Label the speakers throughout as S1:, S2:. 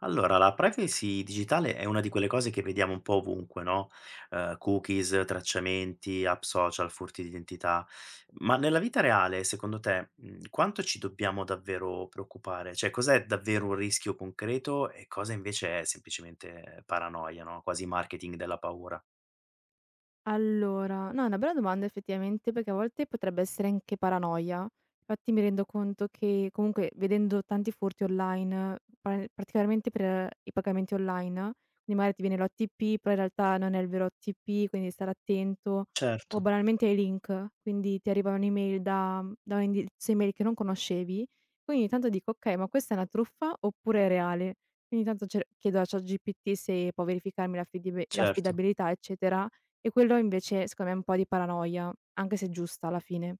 S1: Allora, la privacy digitale è una di quelle cose che vediamo un po' ovunque, no? Cookies, tracciamenti, app social, furti di identità. Ma nella vita reale, secondo te, quanto ci dobbiamo davvero preoccupare? Cioè, cos'è davvero un rischio concreto e cosa invece è semplicemente paranoia, no? Quasi marketing della paura.
S2: Allora, no, è una bella domanda effettivamente, perché a volte potrebbe essere anche paranoia. Infatti mi rendo conto che comunque vedendo tanti furti online, particolarmente per i pagamenti online, quindi magari ti viene l'OTP, però in realtà non è il vero OTP, quindi stare attento,
S1: Certo,
S2: o banalmente ai link, quindi ti arriva un'email da un indirizzo email che non conoscevi, quindi ogni tanto dico, ok, ma questa è una truffa oppure è reale? Quindi intanto chiedo a ChatGPT se può verificarmi
S1: certo.
S2: l'affidabilità, eccetera, e quello invece secondo me è un po' di paranoia, anche se giusta alla fine.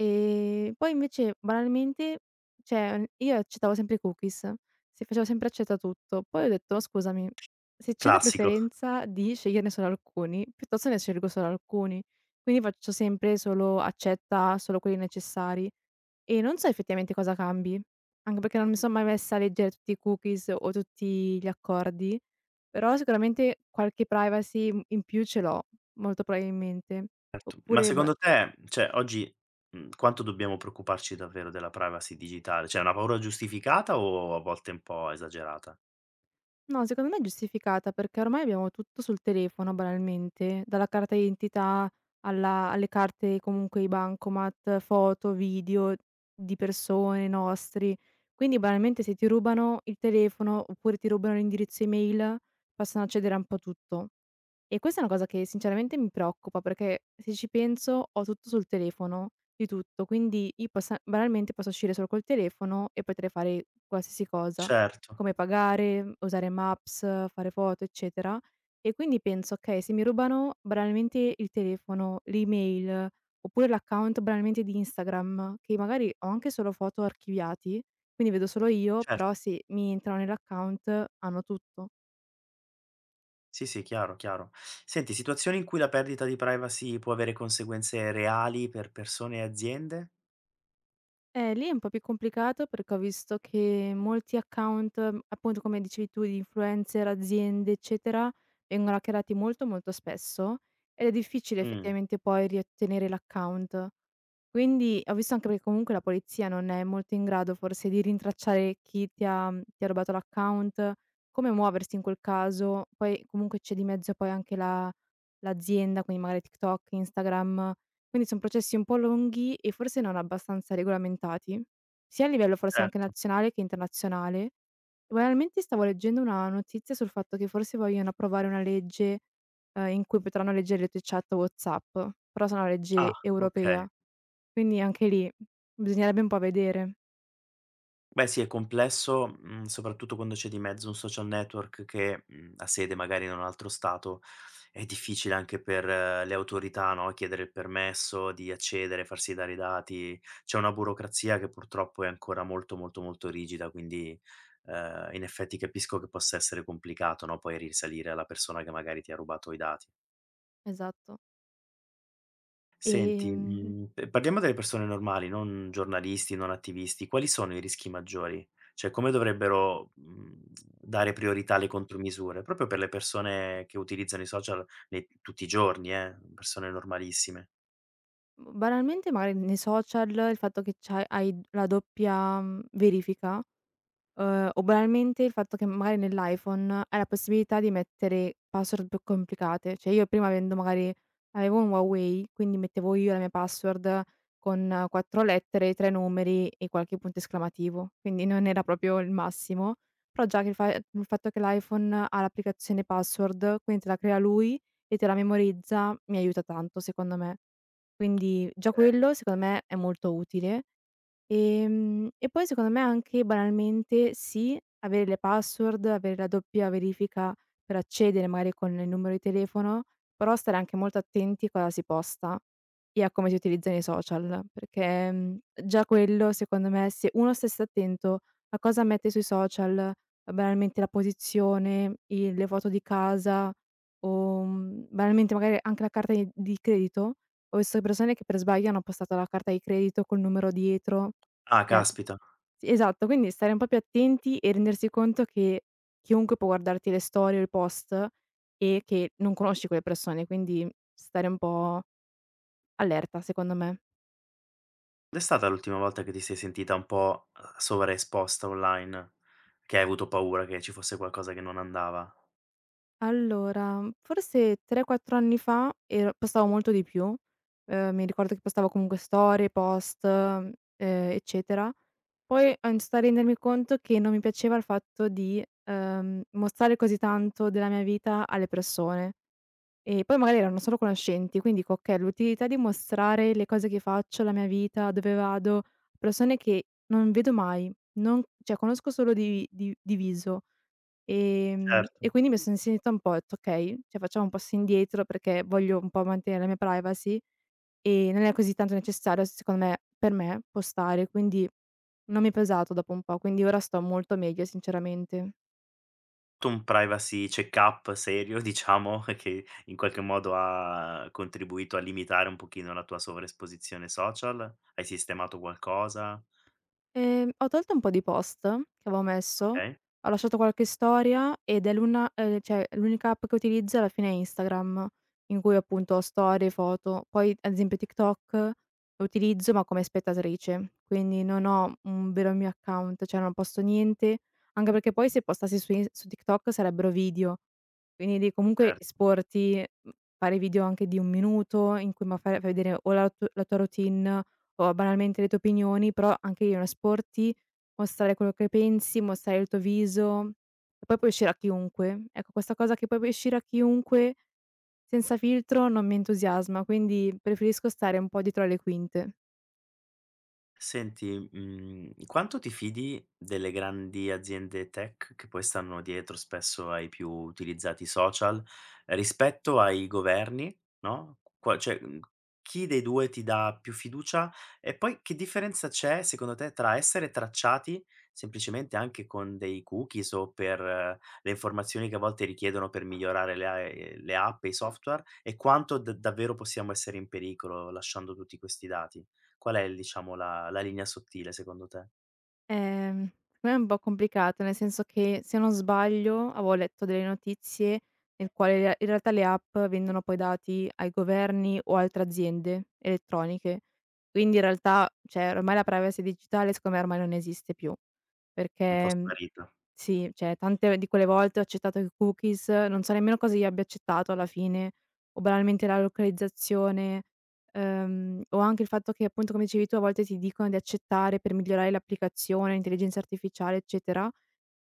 S2: Poi invece, banalmente, cioè, io accettavo sempre i cookies, si facevo sempre accetta tutto. Poi ho detto: "Ma scusami, se c'è la
S1: Classico.
S2: preferenza di sceglierne solo alcuni, piuttosto ne scelgo solo alcuni". Quindi faccio sempre solo accetta solo quelli necessari e non so effettivamente cosa cambi, anche perché non mi son mai messa a leggere tutti i cookies o tutti gli accordi. Però sicuramente qualche privacy, in più ce l'ho, molto probabilmente.
S1: Certo. Ma
S2: Oppure b
S1: secondo te, cioè oggi, quanto dobbiamo preoccuparci davvero della privacy digitale? Cioè è una paura giustificata o a volte un po' esagerata?
S2: no, secondo me è giustificata, perché ormai abbiamo tutto sul telefono banalmente, dalla carta d'identità alla alle carte, comunque i bancomat, foto, video di persone, nostri. Quindi banalmente se ti rubano il telefono, oppure ti rubano l'indirizzo email, possono accedere a un po' tutto. E questa è una cosa che sinceramente mi preoccupa, perché se ci penso ho tutto sul telefono, di tutto, quindi io possa banalmente posso uscire solo col telefono e potrei fare qualsiasi cosa,
S1: Certo,
S2: come pagare, usare Maps, fare foto, eccetera. E quindi penso: "Okay, se mi rubano banalmente il telefono, l'email, oppure l'account banalmente di Instagram, che magari ho anche solo foto archiviati, quindi vedo solo io,
S1: certo.
S2: però se mi entrano nell'account hanno tutto".
S1: Sì, sì, chiaro, chiaro. Senti, situazioni in cui la perdita di privacy può avere conseguenze reali per persone e aziende?
S2: Lì è un po' più complicato perché ho visto che molti account, appunto come dicevi tu, di influencer, aziende, eccetera, vengono hackerati molto molto spesso ed è difficile
S1: Mh,
S2: effettivamente poi riottenere l'account. Quindi ho visto, anche perché comunque la polizia non è molto in grado forse di rintracciare chi ti ha rubato l'account, come muoversi in quel caso. Poi comunque c'è di mezzo poi anche la l'azienda, quindi magari TikTok, Instagram. Quindi son processi un po' lunghi e forse non abbastanza regolamentati, sia a livello forse anche
S1: certo.
S2: nazionale che internazionale. Banalmente stavo leggendo una notizia sul fatto che forse vogliono approvare una legge, in cui potranno leggere le tue chat WhatsApp, però sarà una
S1: Ah,
S2: legge
S1: okay.
S2: europea, quindi anche lì bisognerebbe un po' vedere.
S1: Beh sì, è complesso, soprattutto quando c'è di mezzo un social network che, ha sede magari in un altro stato, è difficile anche per le autorità, no, chiedere il permesso di accedere, farsi dare i dati. C'è una burocrazia che purtroppo è ancora molto, molto, molto rigida, quindi, in effetti capisco che possa essere complicato, no, poi risalire alla persona che magari ti ha rubato i dati.
S2: Esatto.
S1: Senti,
S2: Ehm,
S1: mhmm, p parliamo delle persone normali, non giornalisti, non attivisti. Quali sono i rischi maggiori? Cioè, come dovrebbero, dare priorità alle contromisure? Proprio per le persone che utilizzano i social ne tutti i giorni, persone normalissime.
S2: banalmente magari nei social il fatto che c'hai hai la doppia verifica. O banalmente il fatto che magari nell'iPhone hai la possibilità di mettere password più complicate. Cioè io prima, avendo magari, avevo un Huawei, quindi mettevo io la mia password con 4 lettere, 3 numeri e qualche punto esclamativo, quindi non era proprio il massimo. Però già che il fatto che l'iPhone ha l'applicazione password, quindi te la crea lui e te la memorizza, mi aiuta tanto secondo me. Quindi già
S1: Okay.
S2: quello secondo me è molto utile. E poi secondo me anche banalmente sì, avere le password, avere la doppia verifica per accedere magari con il numero di telefono, però stare anche molto attenti a cosa si posta e a come si utilizzano i social, perché, già quello secondo me se uno stesse attento a cosa mette sui social, banalmente la posizione, i le foto di casa o, banalmente magari anche la carta i di credito. Ho visto persone che per sbaglio hanno postato la carta di credito col numero dietro,
S1: Ah,
S2: cioè
S1: caspita.
S2: sì, esatto, quindi stare un po' più attenti e rendersi conto che chiunque può guardarti le storie o i post e che non conosci quelle persone, quindi stare un po' allerta secondo me.
S1: Quando è stata l'ultima volta che ti sei sentita un po', sovraesposta online? Che hai avuto paura che ci fosse qualcosa che non andava?
S2: Allora, forse 3, 4 anni fa ero postavo molto di più, mi ricordo che postavo comunque storie, post, eccetera. Poi ho iniziato a rendermi conto che non mi piaceva il fatto di, mostrare così tanto della mia vita alle persone. E poi magari erano solo conoscenti, quindi dico: "Okay, l'utilità di mostrare le cose che faccio, la mia vita, dove vado, a persone che non vedo mai, non cioè conosco solo di viso". Ehm,
S1: Certo.
S2: e quindi mi sono sentita un po', ho detto: "Okay, cioè facciamo un passo indietro perché voglio un po' mantenere la mia privacy e non è così tanto necessario secondo me per me postare", quindi non mi è pesato dopo un po', quindi ora sto molto meglio sinceramente.
S1: Un privacy check-up serio, diciamo, che in qualche modo ha contribuito a limitare un pochino la tua sovraesposizione social? Hai sistemato qualcosa?
S2: Ho tolto un po' di post che avevo messo,
S1: Okay,
S2: ho lasciato qualche storia ed è l'una cioè l'unica app che utilizzo alla fine è Instagram, in cui appunto ho storie, foto. Poi ad esempio TikTok lo utilizzo, ma come spettatrice, quindi non ho un vero mio account, cioè non posto niente, anche perché poi se postassi su TikTok sarebbero video, quindi devi comunque
S1: cer
S2: esporti, fare video anche di 1 minuto in cui ma fai vedere o la tua routine o banalmente le tue opinioni, però anche lì non esporti, mostrare quello che pensi, mostrare il tuo viso e poi puoi uscire a chiunque. Ecco, questa cosa che poi puoi uscire a chiunque senza filtro non mi entusiasma, quindi preferisco stare un po' dietro alle quinte.
S1: Senti, quanto ti fidi delle grandi aziende tech che poi stanno dietro spesso ai più utilizzati social, rispetto ai governi, no, qua cioè, chi dei 2 ti dà più fiducia? E poi che differenza c'è secondo te tra essere tracciati, semplicemente anche con dei cookies o per le informazioni che a volte richiedono per migliorare le app e i software, e quanto d davvero possiamo essere in pericolo lasciando tutti questi dati? Qual è il diciamo la linea sottile secondo te?
S2: Ehm, secondo me è un po' complicato, nel senso che, se non sbaglio, avevo letto delle notizie nel quale rea in realtà le app vendono poi dati ai governi o altre aziende elettroniche. Quindi in realtà, cioè ormai la privacy digitale secondo me ormai non esiste più,
S1: Un po'
S2: perché, mhmm,
S1: sparita.
S2: sì, cioè tante di quelle volte ho accettato i cookies, non so nemmeno cosa io abbia accettato alla fine, o banalmente la localizzazione, o anche il fatto che, appunto, come dicevi tu, a volte ti dicono di accettare per migliorare l'applicazione, l'intelligenza artificiale, eccetera.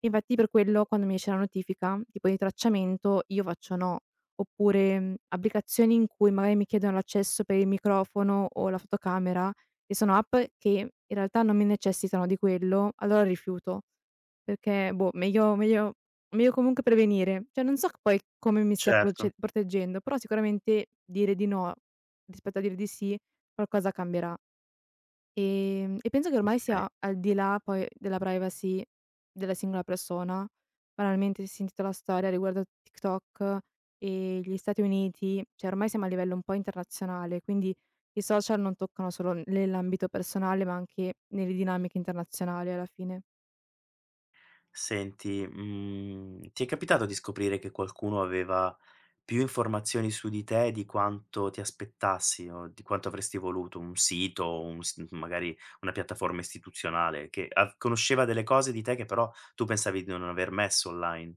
S2: Infatti per quello quando mi esce la notifica, tipo di tracciamento, io faccio no. Oppure, applicazioni in cui magari mi chiedono l'accesso per il microfono o la fotocamera, che sono app che in realtà non mi necessitano di quello, allora rifiuto. Perché boh, meglio comunque prevenire. Cioè non so c poi come mi stia
S1: Certo,
S2: proce proteggendo, però sicuramente dire di no rispetto a dire di sì, qualcosa cambierà. E penso che ormai
S1: okay.
S2: sia al di là poi della privacy della singola persona. Banalmente si è sentito la storia riguardo a TikTok e gli Stati Uniti, cioè ormai siamo a livello un po' internazionale, quindi i social non toccano solo n nell'ambito personale, ma anche nelle dinamiche internazionali alla fine.
S1: Senti, ti è capitato di scoprire che qualcuno aveva più informazioni su di te di quanto ti aspettassi o di quanto avresti voluto? Un sito, o un s magari una piattaforma istituzionale che av conosceva delle cose di te che però tu pensavi di non aver messo online.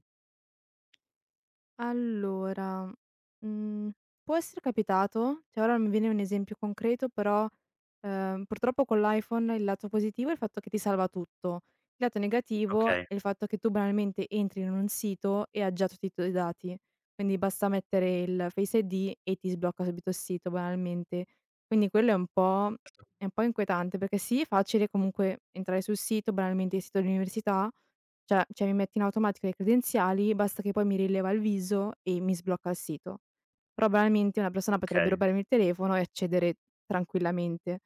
S2: Allora, mhmm, può essere capitato, cioè ora non mi viene un esempio concreto, però. Purtroppo con l'iPhone il lato positivo è il fatto che ti salva tutto. Il lato negativo è
S1: Okay,
S2: il fatto che tu banalmente entri in un sito e ha già tutti i tuoi dati. Quindi basta mettere il Face ID e ti sblocca subito il sito banalmente. Quindi quello è un po' inquietante, perché sì, è facile comunque entrare sul sito, banalmente il sito dell'università, cioè mi mette in automatico le credenziali, basta che poi mi rileva il viso e mi sblocca il sito. Però banalmente una persona potrebbe
S1: okay.
S2: rubarmi il telefono e accedere tranquillamente.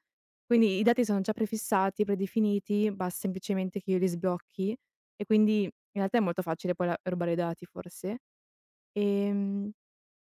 S2: Quindi i dati sono già prefissati, predefiniti, basta semplicemente che io li sblocchi, e quindi in realtà è molto facile poi la rubare i dati forse. Ehm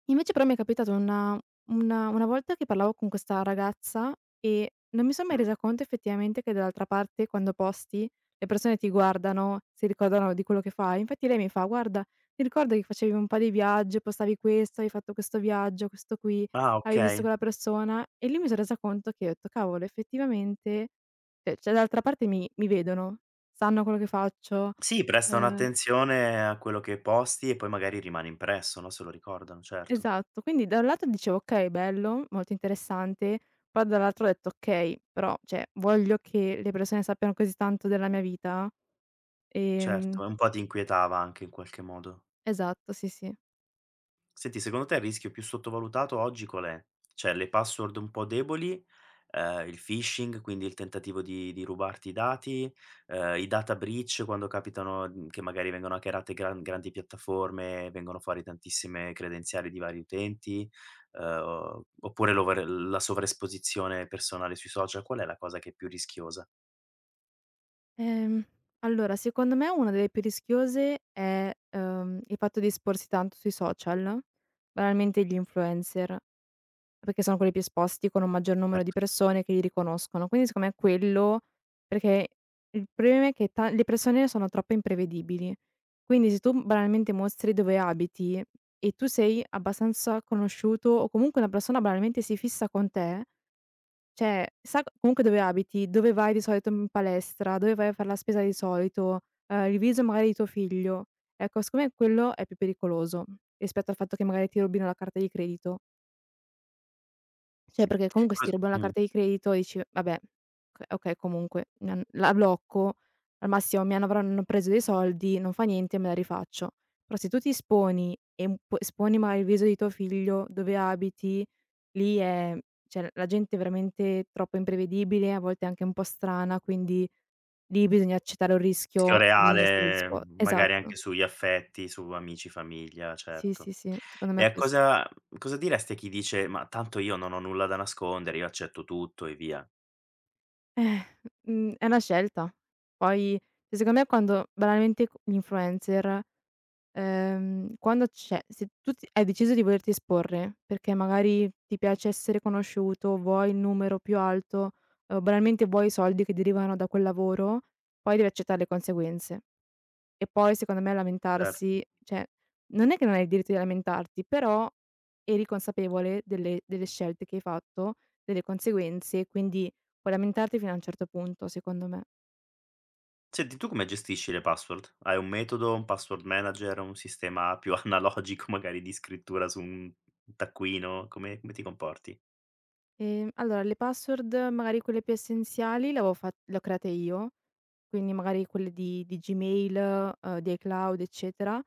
S2: Invece però mi è capitato una volta che parlavo con questa ragazza e non mi son mai
S1: Mh.
S2: resa conto effettivamente che dall'altra parte, quando posti, le persone ti guardano, si ricordano di quello che fai. Infatti lei mi fa: "Guarda, mi ricordo che facevi un po' di viaggi, postavi questo, hai fatto questo viaggio, questo qui,
S1: Ah,
S2: avevi visto
S1: okay.
S2: quella persona", e lì mi son resa conto, che ho detto: "Cavolo, effettivamente", cioè dall'altra parte mi vedono, sanno quello che faccio.
S1: Sì, prestano
S2: ehm
S1: attenzione a quello che posti e poi magari rimane impresso, no, se lo ricordano, certo.
S2: Esatto, quindi da un lato dicevo: "Okay, bello, molto interessante", poi dall'altro ho detto: "Okay, però cioè voglio che le persone sappiano così tanto della mia vita?" Ehm,
S1: Certo, e un po' ti inquietava anche in qualche modo.
S2: esatto, sì, sì.
S1: Senti, secondo te il rischio più sottovalutato oggi qual è? Cioè le password un po' deboli, il phishing, quindi il tentativo di rubarti i dati, i data breach quando capitano, che magari vengono hackerate grandi piattaforme, vengono fuori tantissime credenziali di vari utenti, oppure l'over la sovraesposizione personale sui social, qual è la cosa che è più rischiosa?
S2: Ehm, allora secondo me una delle più rischiose è, il fatto di esporsi tanto sui social, banalmente gli influencer. Perché sono quelli più esposti, con un maggior numero di
S1: Certo.
S2: persone che li riconoscono. Quindi secondo me quello, perché il problema è che ta le persone sono troppo imprevedibili. Quindi se tu banalmente mostri dove abiti e tu sei abbastanza conosciuto, o comunque una persona banalmente si fissa con te, cioè sa comunque dove abiti, dove vai di solito in palestra, dove vai a far la spesa di solito, il viso magari di tuo figlio. Ecco, secondo me quello è più pericoloso, rispetto al fatto che magari ti rubino la carta di credito. Cioè, perché comunque se
S1: Cos
S2: ti rubano la
S1: mh.
S2: carta di credito dici: "Vabbè, okay, comunque mi han la blocco, al massimo mi hanno avranno preso dei soldi, non fa niente, me la rifaccio". Però se tu ti esponi e un po' esponi magari il viso di tuo figlio, dove abiti, lì è cioè la gente è veramente troppo imprevedibile, a volte anche un po' strana, quindi lì bisogna accettare un
S1: Rischio
S2: rischio, bisogna essere
S1: reale,
S2: dispo
S1: magari
S2: esatto.
S1: anche sugli affetti, su amici, famiglia,
S2: Sì,
S1: certo.
S2: sì, sì, secondo
S1: E
S2: me
S1: a
S2: ques
S1: cosa diresti a chi dice: "Ma tanto io non ho nulla da nascondere, io accetto tutto e via."
S2: Eh, è una scelta. Poi cioè, secondo me quando banalmente c gli influencer, quando c'è, se tu ti hai deciso di volerti esporre, perché magari ti piace essere conosciuto, vuoi il numero più alto, o banalmente vuoi i soldi che derivano da quel lavoro, poi devi accettare le conseguenze. E poi secondo me
S1: Certo.
S2: lamentarsi, cioè, non è che non hai il diritto di lamentarti, però eri consapevole delle scelte che hai fatto, delle conseguenze, quindi puoi lamentarti fino a un certo punto, secondo me.
S1: Senti, tu come gestisci le password? Hai un metodo, un password manager, un sistema più analogico magari di scrittura su un taccuino? Come come ti comporti?
S2: Allora le password, magari quelle più essenziali le avevo fat le ho create io, quindi magari quelle di Gmail, di iCloud, eccetera.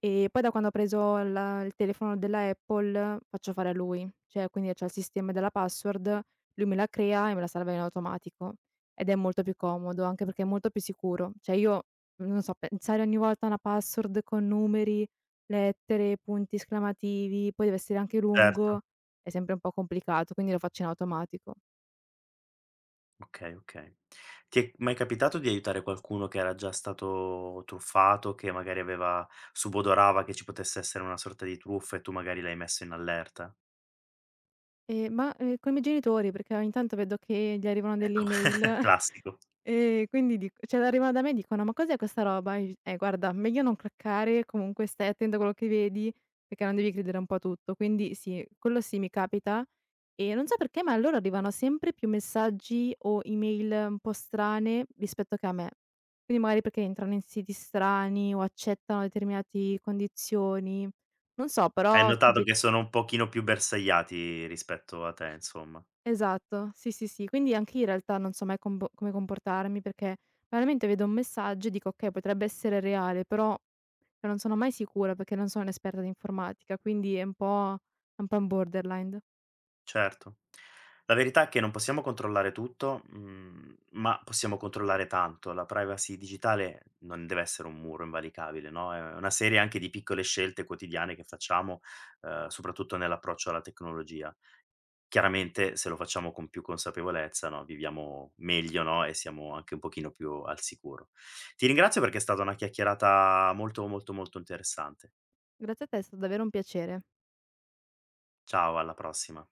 S2: E poi da quando ho preso la il telefono della Apple faccio fare a lui, cioè, quindi c'ha il sistema della password, lui me la crea e me la salva in automatico ed è molto più comodo, anche perché è molto più sicuro. Cioè io, non so, pensare ogni volta a una password con numeri, lettere, punti esclamativi, poi deve essere anche
S1: Certo.
S2: lungo, è sempre un po' complicato, quindi lo faccio in automatico.
S1: Okay, okay. Ti è mai capitato di aiutare qualcuno che era già stato truffato, che magari aveva subodorava che ci potesse essere una sorta di truffa e tu magari l'hai messo in allerta?
S2: Ma, coi miei genitori, perché ogni tanto vedo che gli arrivano delle
S1: Ecco,
S2: email
S1: classico.
S2: e quindi dic cioè arrivano da me e dicono: "Ma cos'è questa roba?" E io dic: guarda, meglio non cliccare, comunque stai attento a quello che vedi, perché non devi credere un po' a tutto." Quindi sì, quello sì mi capita, e non so perché, ma a loro arrivano sempre più messaggi o email un po' strane rispetto che a me. Quindi magari perché entrano in siti strani o accettano determinati condizioni. Non so,
S1: Hai
S2: però
S1: notato
S2: capi
S1: che sono un pochino più bersagliati rispetto a te, insomma.
S2: esatto, sì, sì, sì. Quindi anche io in realtà non so mai combo come comportarmi, perché veramente vedo un messaggio e dico: "Okay, potrebbe essere reale", però cioè non sono mai sicura perché non sono un'esperta di informatica, quindi è un po' un borderline.
S1: Certo. La verità è che non possiamo controllare tutto, ma possiamo controllare tanto. La privacy digitale non deve essere un muro invalicabile, no, è una serie anche di piccole scelte quotidiane che facciamo, soprattutto nell'approccio alla tecnologia. Chiaramente se lo facciamo con più consapevolezza, no, viviamo meglio, no, e siamo anche un pochino più al sicuro. Ti ringrazio perché è stata una chiacchierata molto, molto, molto interessante.
S2: Grazie a te, è stato davvero un piacere.
S1: Ciao, alla prossima.